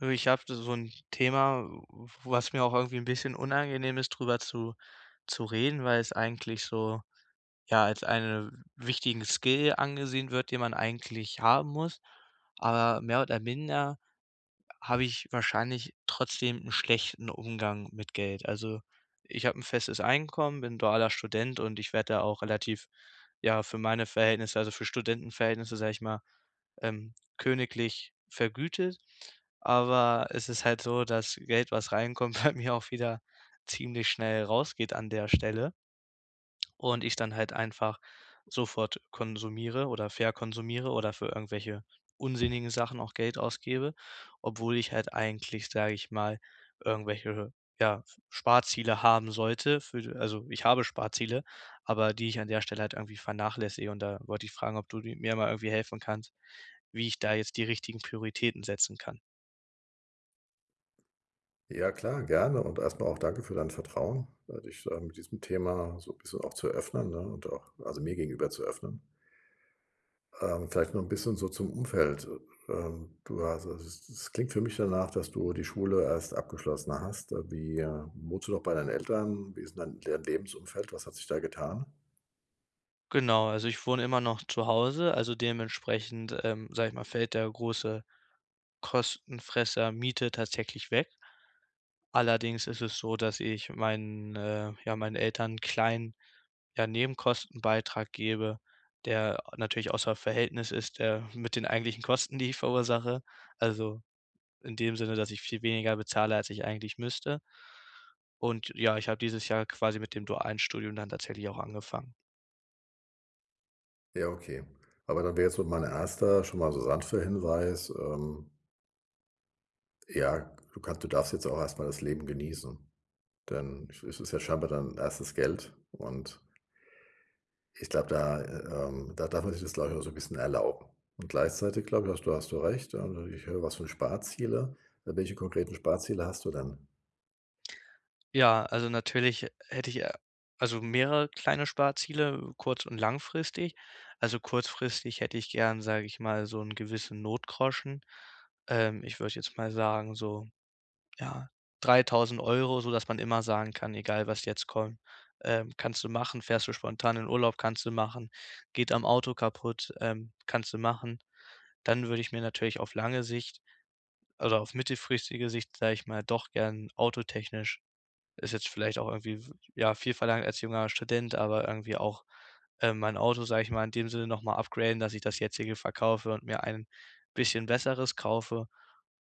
Du, ich habe so ein Thema, w was mir auch irgendwie ein bisschen unangenehm ist, drüber zu reden, weil es eigentlich so, ja, als eine wichtigen Skill angesehen wird, den man eigentlich haben muss. Aber mehr oder minder habe ich wahrscheinlich trotzdem 'n schlechten Umgang mit Geld. Also, ich habe 'n festes Einkommen, bin dualer Student und ich werde da auch relativ, ja, für meine Verhältnisse, also für Studentenverhältnisse, sage ich mal, königlich vergütet. Aber es ist halt so, dass Geld, was reinkommt, bei mir auch wieder ziemlich schnell rausgeht an der Stelle. Und ich dann halt einfach sofort konsumiere oder verkonsumiere oder für irgendwelche unsinnigen Sachen auch Geld ausgebe, obwohl ich halt eigentlich, sage ich mal, irgendwelche, ja, Sparziele haben sollte für also, ich habe Sparziele, aber die ich an der Stelle halt irgendwie vernachlässige. Und da wollte ich fragen, ob du di mir mal irgendwie helfen kannst, wie ich da jetzt die richtigen Prioritäten setzen kann. Ja, klar, gerne und erstmal auch danke für dein Vertrauen, dich, mit diesem Thema so 'n bisschen auch zu öffnen, ne, und auch also, mir gegenüber zu öffnen. Vielleicht noch ein bisschen so zum Umfeld. Du hast also, es klingt für mich danach, dass du die Schule erst abgeschlossen hast. Wie wohnst du noch bei deinen Eltern? Wie ist denn dein Le Lebensumfeld? Was hat sich da getan? Genau, also ich wohne immer noch zu Hause, also dementsprechend, sage ich mal, fällt der große Kostenfresser Miete tatsächlich weg. Allerdings ist es so, dass ich meinen, ja, meinen Eltern 'n kleinen, ja, Nebenkostenbeitrag gebe, der natürlich außer Verhältnis ist, der mit den eigentlichen Kosten, die ich verursache. Also, in dem Sinne, dass ich viel weniger bezahle, als ich eigentlich müsste. Und ja, ich habe dieses Jahr quasi mit dem dualen Studium dann tatsächlich auch angefangen. Ja, okay. Aber dann wäre jetzt so mein erster schon mal so sanfter Hinweis, ja, du darfst jetzt auch erstmal das Leben genießen. Dann ist es ja scheinbar dann erstes Geld und ich glaube, da darf man sich das, glaube ich, auch so 'n bisschen erlauben. Und gleichzeitig, glaube ich, hast du recht, also, ich höre was von Sparziele. Welche konkreten Sparziele hast du denn? Ja, also natürlich hätte ich, also mehrere kleine Sparziele, kurz und langfristig. Also kurzfristig hätte ich gern, sage ich mal, so 'n gewissen Notgroschen. Ich würde jetzt mal sagen, so, ja, 3.000, so dass man immer sagen kann: „Egal, was jetzt kommt, kannst du machen. Fährst du spontan in Urlaub, kannst du machen. Geht am Auto kaputt, kannst du machen.“ Dann würde ich mir natürlich auf lange Sicht, also auf mittelfristige Sicht, sage ich mal, doch gern autotechnisch ist jetzt vielleicht auch irgendwie, ja, viel verlangt als junger Student, aber irgendwie auch, mein Auto, sage ich mal, in dem Sinne noch mal upgraden, dass ich das jetzige verkaufe und mir ein bisschen besseres kaufe.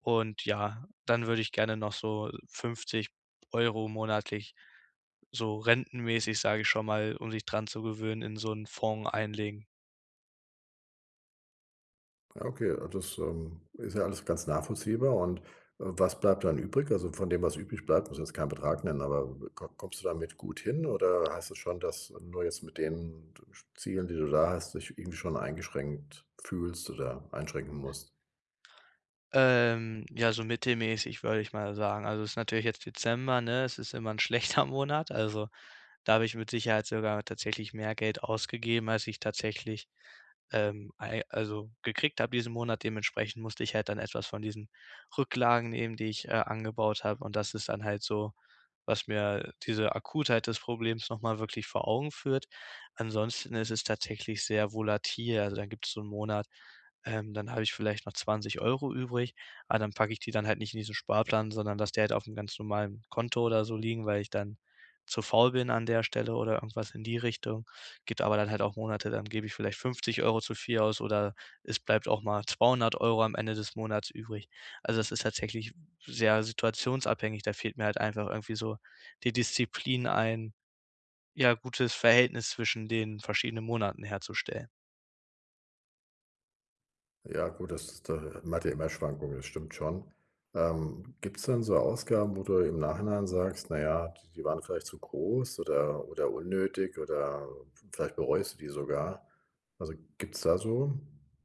Und ja, dann würde ich gerne noch so 50 € monatlich so rentenmäßig, sage ich schon mal, um sich dran zu gewöhnen, in so einen Fonds einlegen. Ja, okay, das, ist ja alles ganz nachvollziehbar und, was bleibt dann übrig? Also, von dem, was übrig bleibt muss jetzt keinen Betrag nennen, aber ko kommst du damit gut hin oder heißt es schon, dass nur jetzt mit den Zielen, die du da hast, dich irgendwie schon eingeschränkt fühlst oder einschränken musst? Ja, so mittelmäßig würde ich mal sagen. Also, es ist natürlich jetzt Dezember, ne? Es ist immer ein schlechter Monat, also da habe ich mit Sicherheit sogar tatsächlich mehr Geld ausgegeben, als ich tatsächlich ei also gekriegt habe diesen Monat. Dementsprechend musste ich halt dann etwas von diesen Rücklagen nehmen, die ich, angebaut habe. Und das ist dann halt so, was mir diese Akutheit des Problems noch mal wirklich vor Augen führt. Ansonsten ist es tatsächlich sehr volatil. Also, dann gibt es so einen Monat, dann habe ich vielleicht noch 20 € übrig, aber dann packe ich die dann halt nicht in diesen Sparplan, sondern lasse die halt auf einem ganz normalen Konto oder so liegen, weil ich dann zu faul bin an der Stelle oder irgendwas in die Richtung gebe, aber dann halt auch Monate, dann gebe ich vielleicht 50 € zu viel aus oder es bleibt auch mal 200 € am Ende des Monats übrig. Also, das ist tatsächlich sehr situationsabhängig. Da fehlt mir halt einfach irgendwie so die Disziplin, ein, ja, gutes Verhältnis zwischen den verschiedenen Monaten herzustellen. Ja gut, das ist da man hat ja immer Schwankungen, das stimmt schon. Gibt's denn so Ausgaben, wo du im Nachhinein sagst: „Na ja, die waren vielleicht zu groß oder unnötig oder vielleicht bereust du die sogar?“ Also, gibt's da so,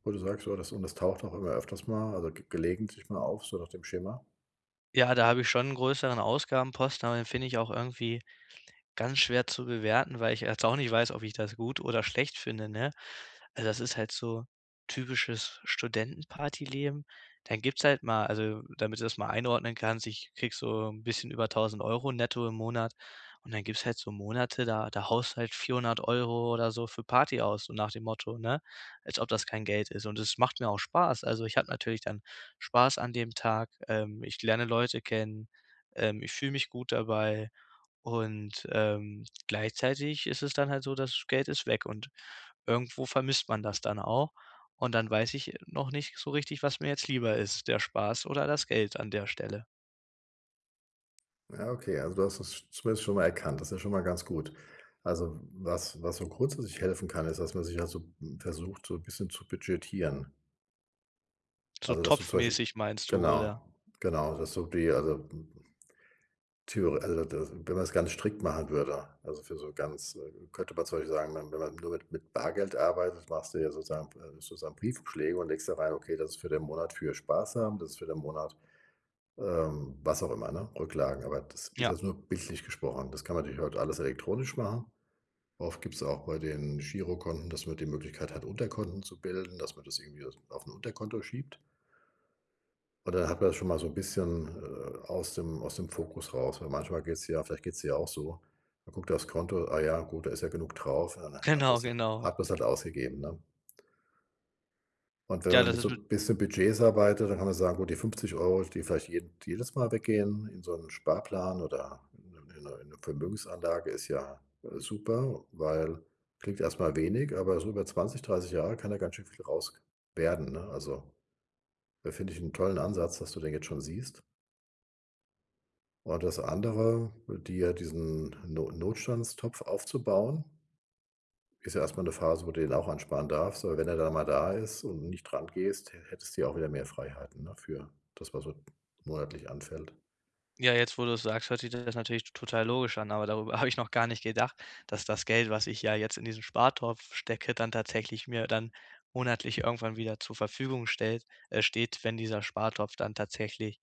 wo du sagst: „Oh, das und das taucht auch immer öfters mal, also ge gelegentlich mal auf, so nach dem Schema?“ Ja, da habe ich schon 'n größeren Ausgabenposten, aber den finde ich auch irgendwie ganz schwer zu bewerten, weil ich jetzt auch nicht weiß, ob ich das gut oder schlecht finde, ne? Also, das ist halt so typisches Studentenpartyleben. Dann gibt's halt mal, also, damit du das mal einordnen kannst, ich krieg so ein bisschen über 1.000 € netto im Monat und dann gibt's halt so Monate, da haust halt 400 € oder so für Party aus, so nach dem Motto, ne? Als ob das kein Geld ist und es macht mir auch Spaß. Also, ich habe natürlich dann Spaß an dem Tag, ich lerne Leute kennen, ich fühle mich gut dabei und, gleichzeitig ist es dann halt so, das Geld ist weg und irgendwo vermisst man das dann auch. Und dann weiß ich noch nicht so richtig, was mir jetzt lieber ist, der Spaß oder das Geld an der Stelle. Ja, okay, also du hast es zumindest schon mal erkannt. Das ist ja schon mal ganz gut. Also, was so grundsätzlich helfen kann, ist, dass man sich also versucht, so ein bisschen zu budgetieren. So Also, dass du zum topfmäßig Beispiel meinst du, oder? genau, genau, dass du die also, Theor also, das wenn man's ganz strikt machen würde, also, für so ganz könnte man zum Beispiel sagen, wenn wenn man nur mit Bargeld arbeitet, machst du ja sozusagen sozusagen Briefumschläge und legst da rein: „Okay, das ist für den Monat für Spaß haben, das ist für den Monat, was auch immer, ne, Rücklagen.“ Aber das ist Ja, jetzt nur bildlich gesprochen. Das kann man natürlich heute alles elektronisch machen. Oft gibt es auch bei den Girokonten, dass man die Möglichkeit hat, Unterkonten zu bilden, dass man das irgendwie auf ein Unterkonto schiebt. Und dann hat man das schon mal so ein bisschen, aus dem Fokus raus, weil manchmal geht es ja auch so. Man guckt aufs Konto, ah ja, gut, da ist ja genug drauf, und dann genau, genau. hat man's halt ausgegeben, ne? Und wenn Ja, man das mit ist so ein bisschen Budgets arbeitet, dann kann man sagen, gut, die 50 Euro, die vielleicht jeden jedes Mal weggehen in so 'n Sparplan oder in eine in 'ne 'ne Vermögensanlage ist ja, super, weil klingt erst mal wenig, aber so über 20, 30 Jahre kann da ganz schön viel raus werden, ne? Also, da finde ich einen tollen Ansatz, dass du den jetzt schon siehst. Und das andere, dir diesen No Notstandstopf aufzubauen, ist ja erstmal eine Phase, wo du den auch ansparen darfst, aber wenn er dann mal da ist und nicht dran gehst, hättest du ja auch wieder mehr Freiheiten, ne, für das, was so monatlich anfällt. ja. Jetzt, wo du es sagst, hört sich das natürlich total logisch an, aber darüber habe ich noch gar nicht gedacht, dass das Geld, was ich ja jetzt in diesen Spartopf stecke, dann tatsächlich mir dann monatlich irgendwann wieder zur Verfügung stellt, steht, wenn dieser Spartopf dann tatsächlich,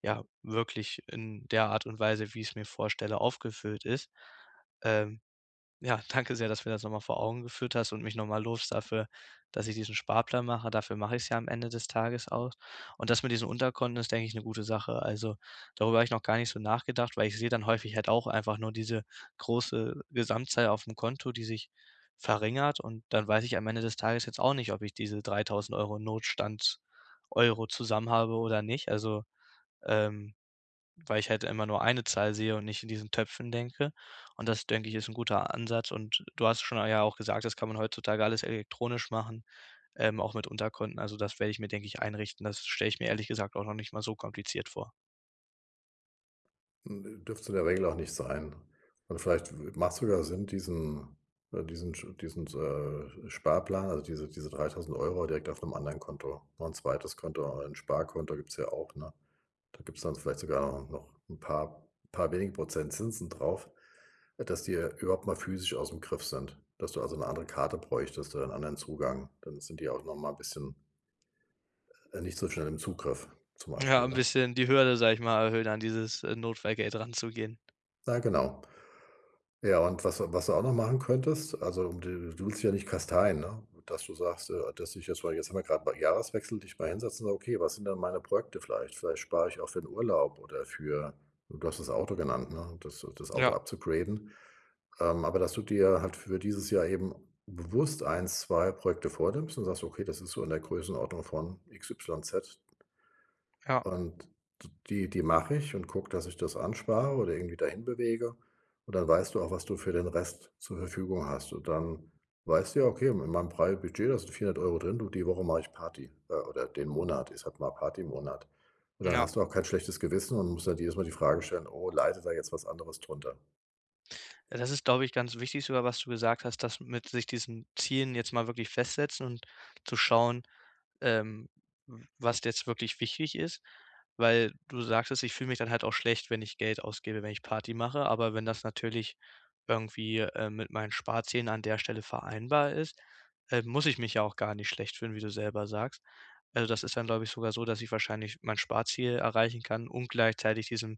ja, wirklich in der Art und Weise, wie ich es mir vorstelle, aufgefüllt ist. Ähm ja, danke sehr, dass du mir das noch mal vor Augen geführt hast und mich noch mal lobst dafür, dass ich diesen Sparplan mache. Dafür mache ich es ja am Ende des Tages auch. Und das mit diesen Unterkonten ist, denke ich, eine gute Sache. Also, darüber habe ich noch gar nicht so nachgedacht, weil ich sehe dann häufig halt auch einfach nur diese große Gesamtzahl auf dem Konto, die sich verringert. Und dann weiß ich am Ende des Tages jetzt auch nicht, ob ich diese 3.000 € Notstand Euro zusammen habe oder nicht. Also, ähm weil ich halt immer nur eine Zahl sehe und nicht in diesen Töpfen denke. Und das, denke ich, ist ein guter Ansatz. Und du hast schon ja auch gesagt, das kann man heutzutage alles elektronisch machen, auch mit Unterkonten. Also, das werde ich mir, denke ich, einrichten. Das stelle ich mir ehrlich gesagt auch noch nicht mal so kompliziert vor. Hm, dürfte es in der Regel auch nicht sein. Und vielleicht w macht's sogar Sinn, diesen Sparplan, also diese 3.000 Euro direkt auf einem anderen Konto, noch 'n zweites Konto, ein Sparkonto gibt es ja auch, ne? Da gibt's dann vielleicht sogar noch ein paar paar wenige Prozent Zinsen drauf, dass die, überhaupt mal physisch aus dem Griff sind. Dass du also eine andere Karte bräuchtest oder 'n anderen Zugang. Dann sind die auch noch mal ein bisschen, nicht so schnell im Zugriff zum Ja, Beispiel, ein ne? bisschen die Hürde, sage ich mal, erhöhen, an dieses, Notfallgeld ranzugehen. Ja, genau. Ja, und was du auch noch machen könntest, also, um die du willst dich ja nicht kasteien, ne? Dass du sagst, dass ich jetzt mal jetzt haben wir gerade mal Jahreswechsel, dich mal hinsetzen und sage: „Okay, was sind denn meine Projekte vielleicht? Vielleicht spare ich auch für 'n Urlaub oder für“ du hast das Auto genannt, ne? Das Auto Ja, upzugraden. Aber dass du dir halt für dieses Jahr eben bewusst eins 2 Projekte vornimmst und sagst: „Okay, das ist so in der Größenordnung von x, y, z.“ ja, Und die mache ich und gucke, dass ich das anspare oder irgendwie dahin bewege. Und dann weißt du auch, was du für den Rest zur Verfügung hast. Und dann weißt du ja: „Okay, in meinem freien Budget, da sind 400 Euro drin. Du, die Woche mache ich Party, oder den Monat ist halt mal Partymonat.“ Und dann ja. hast du auch kein schlechtes Gewissen und musst dann jedes Mal die Frage stellen: „Oh, leidet da jetzt was anderes drunter?“ Ja, das ist, glaube ich, ganz wichtig sogar, was du gesagt hast, dass mit sich diesen Zielen jetzt mal wirklich festsetzen und zu schauen, ähm, w was jetzt wirklich wichtig ist, weil du sagtest: „Ich fühle mich dann halt auch schlecht, wenn ich Geld ausgebe, wenn ich Party mache.“ Aber wenn das natürlich irgendwie, mit meinen Sparzielen an der Stelle vereinbar ist, muss ich mich ja auch gar nicht schlecht fühlen, wie du selber sagst. Also, das ist dann, glaube ich, sogar so, dass ich wahrscheinlich mein Sparziel erreichen kann und gleichzeitig diesem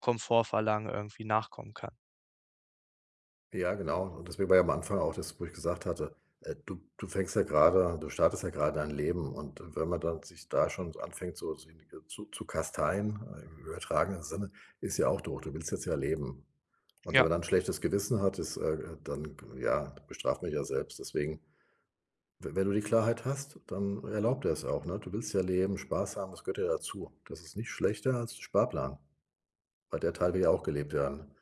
Komfortverlangen irgendwie nachkommen kann. Ja, genau. Und deswegen war ja am Anfang auch das, wo ich gesagt hatte, du fängst ja gerade, du startest ja gerade dein Leben und wenn man dann sich da schon anfängt, so so zu kasteien, im übertragenen Sinne, ist ja auch doof. Du willst jetzt ja leben. Und wenn Ja, man dann 'n schlechtes Gewissen hat, ist, dann ja, bestraft man ja selbst. Deswegen, we wenn du die Klarheit hast, dann erlaubt er es auch, ne? Du willst ja leben, Spaß haben, das gehört ja dazu. Das ist nicht schlechter als 'n Sparplan, weil der Teil will ja auch gelebt werden.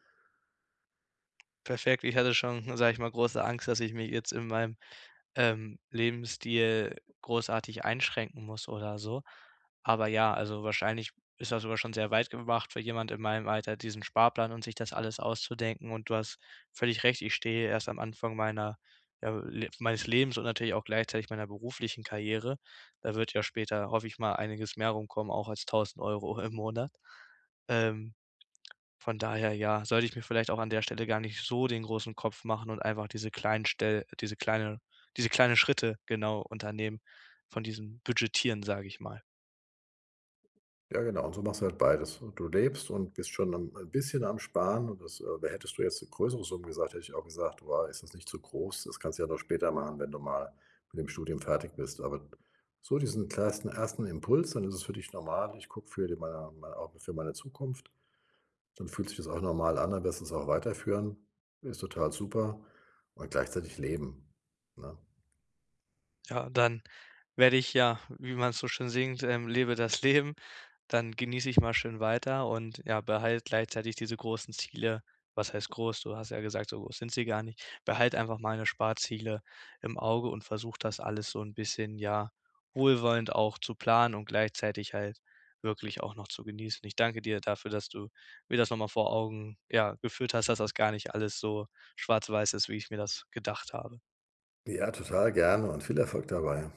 perfekt. Ich hatte schon, sage ich mal, große Angst, dass ich mich jetzt in meinem Lebensstil großartig einschränken muss oder so. Aber ja, also wahrscheinlich ist das sogar schon sehr weit gemacht für jemand in meinem Alter, diesen Sparplan und sich das alles auszudenken. Und du hast völlig recht, ich stehe erst am Anfang meiner, ja, le meines Lebens und natürlich auch gleichzeitig meiner beruflichen Karriere. Da wird ja später, hoffe ich mal, einiges mehr rumkommen, auch als 1.000 € im Monat. Ähm von daher ja, sollte ich mir vielleicht auch an der Stelle gar nicht so den großen Kopf machen und einfach diese kleinen Stell diese kleine diese kleinen Schritte genau unternehmen von diesem Budgetieren, sage ich mal. Ja, genau. Und so machst du halt beides. Und du lebst und bist schon am, ein bisschen am Sparen. Und das, hättest du jetzt eine größere Summen gesagt, hätte ich auch gesagt, wow, ist das nicht zu groß? Das kannst du ja noch später machen, wenn du mal mit dem Studium fertig bist. Aber so diesen ersten Impuls, dann ist es für dich normal. Ich gucke für meine, auch für meine Zukunft. Dann fühlt sich das auch normal an, dann wirst du es auch weiterführen. Ist total super. Und gleichzeitig leben. Ne? Ja, dann werde ich ja, wie man's so schön singt, lebe das Leben, dann genieße ich mal schön weiter und, ja, behalte gleichzeitig diese großen Ziele. Was heißt groß? Du hast ja gesagt, so groß sind sie gar nicht. Behalte einfach meine Sparziele im Auge und versuche das alles so ein bisschen, ja, wohlwollend auch zu planen und gleichzeitig halt wirklich auch noch zu genießen. Ich danke dir dafür, dass du mir das noch mal vor Augen, ja, geführt hast, dass das gar nicht alles so schwarz-weiß ist, wie ich mir das gedacht habe. Ja, total gerne und viel Erfolg dabei.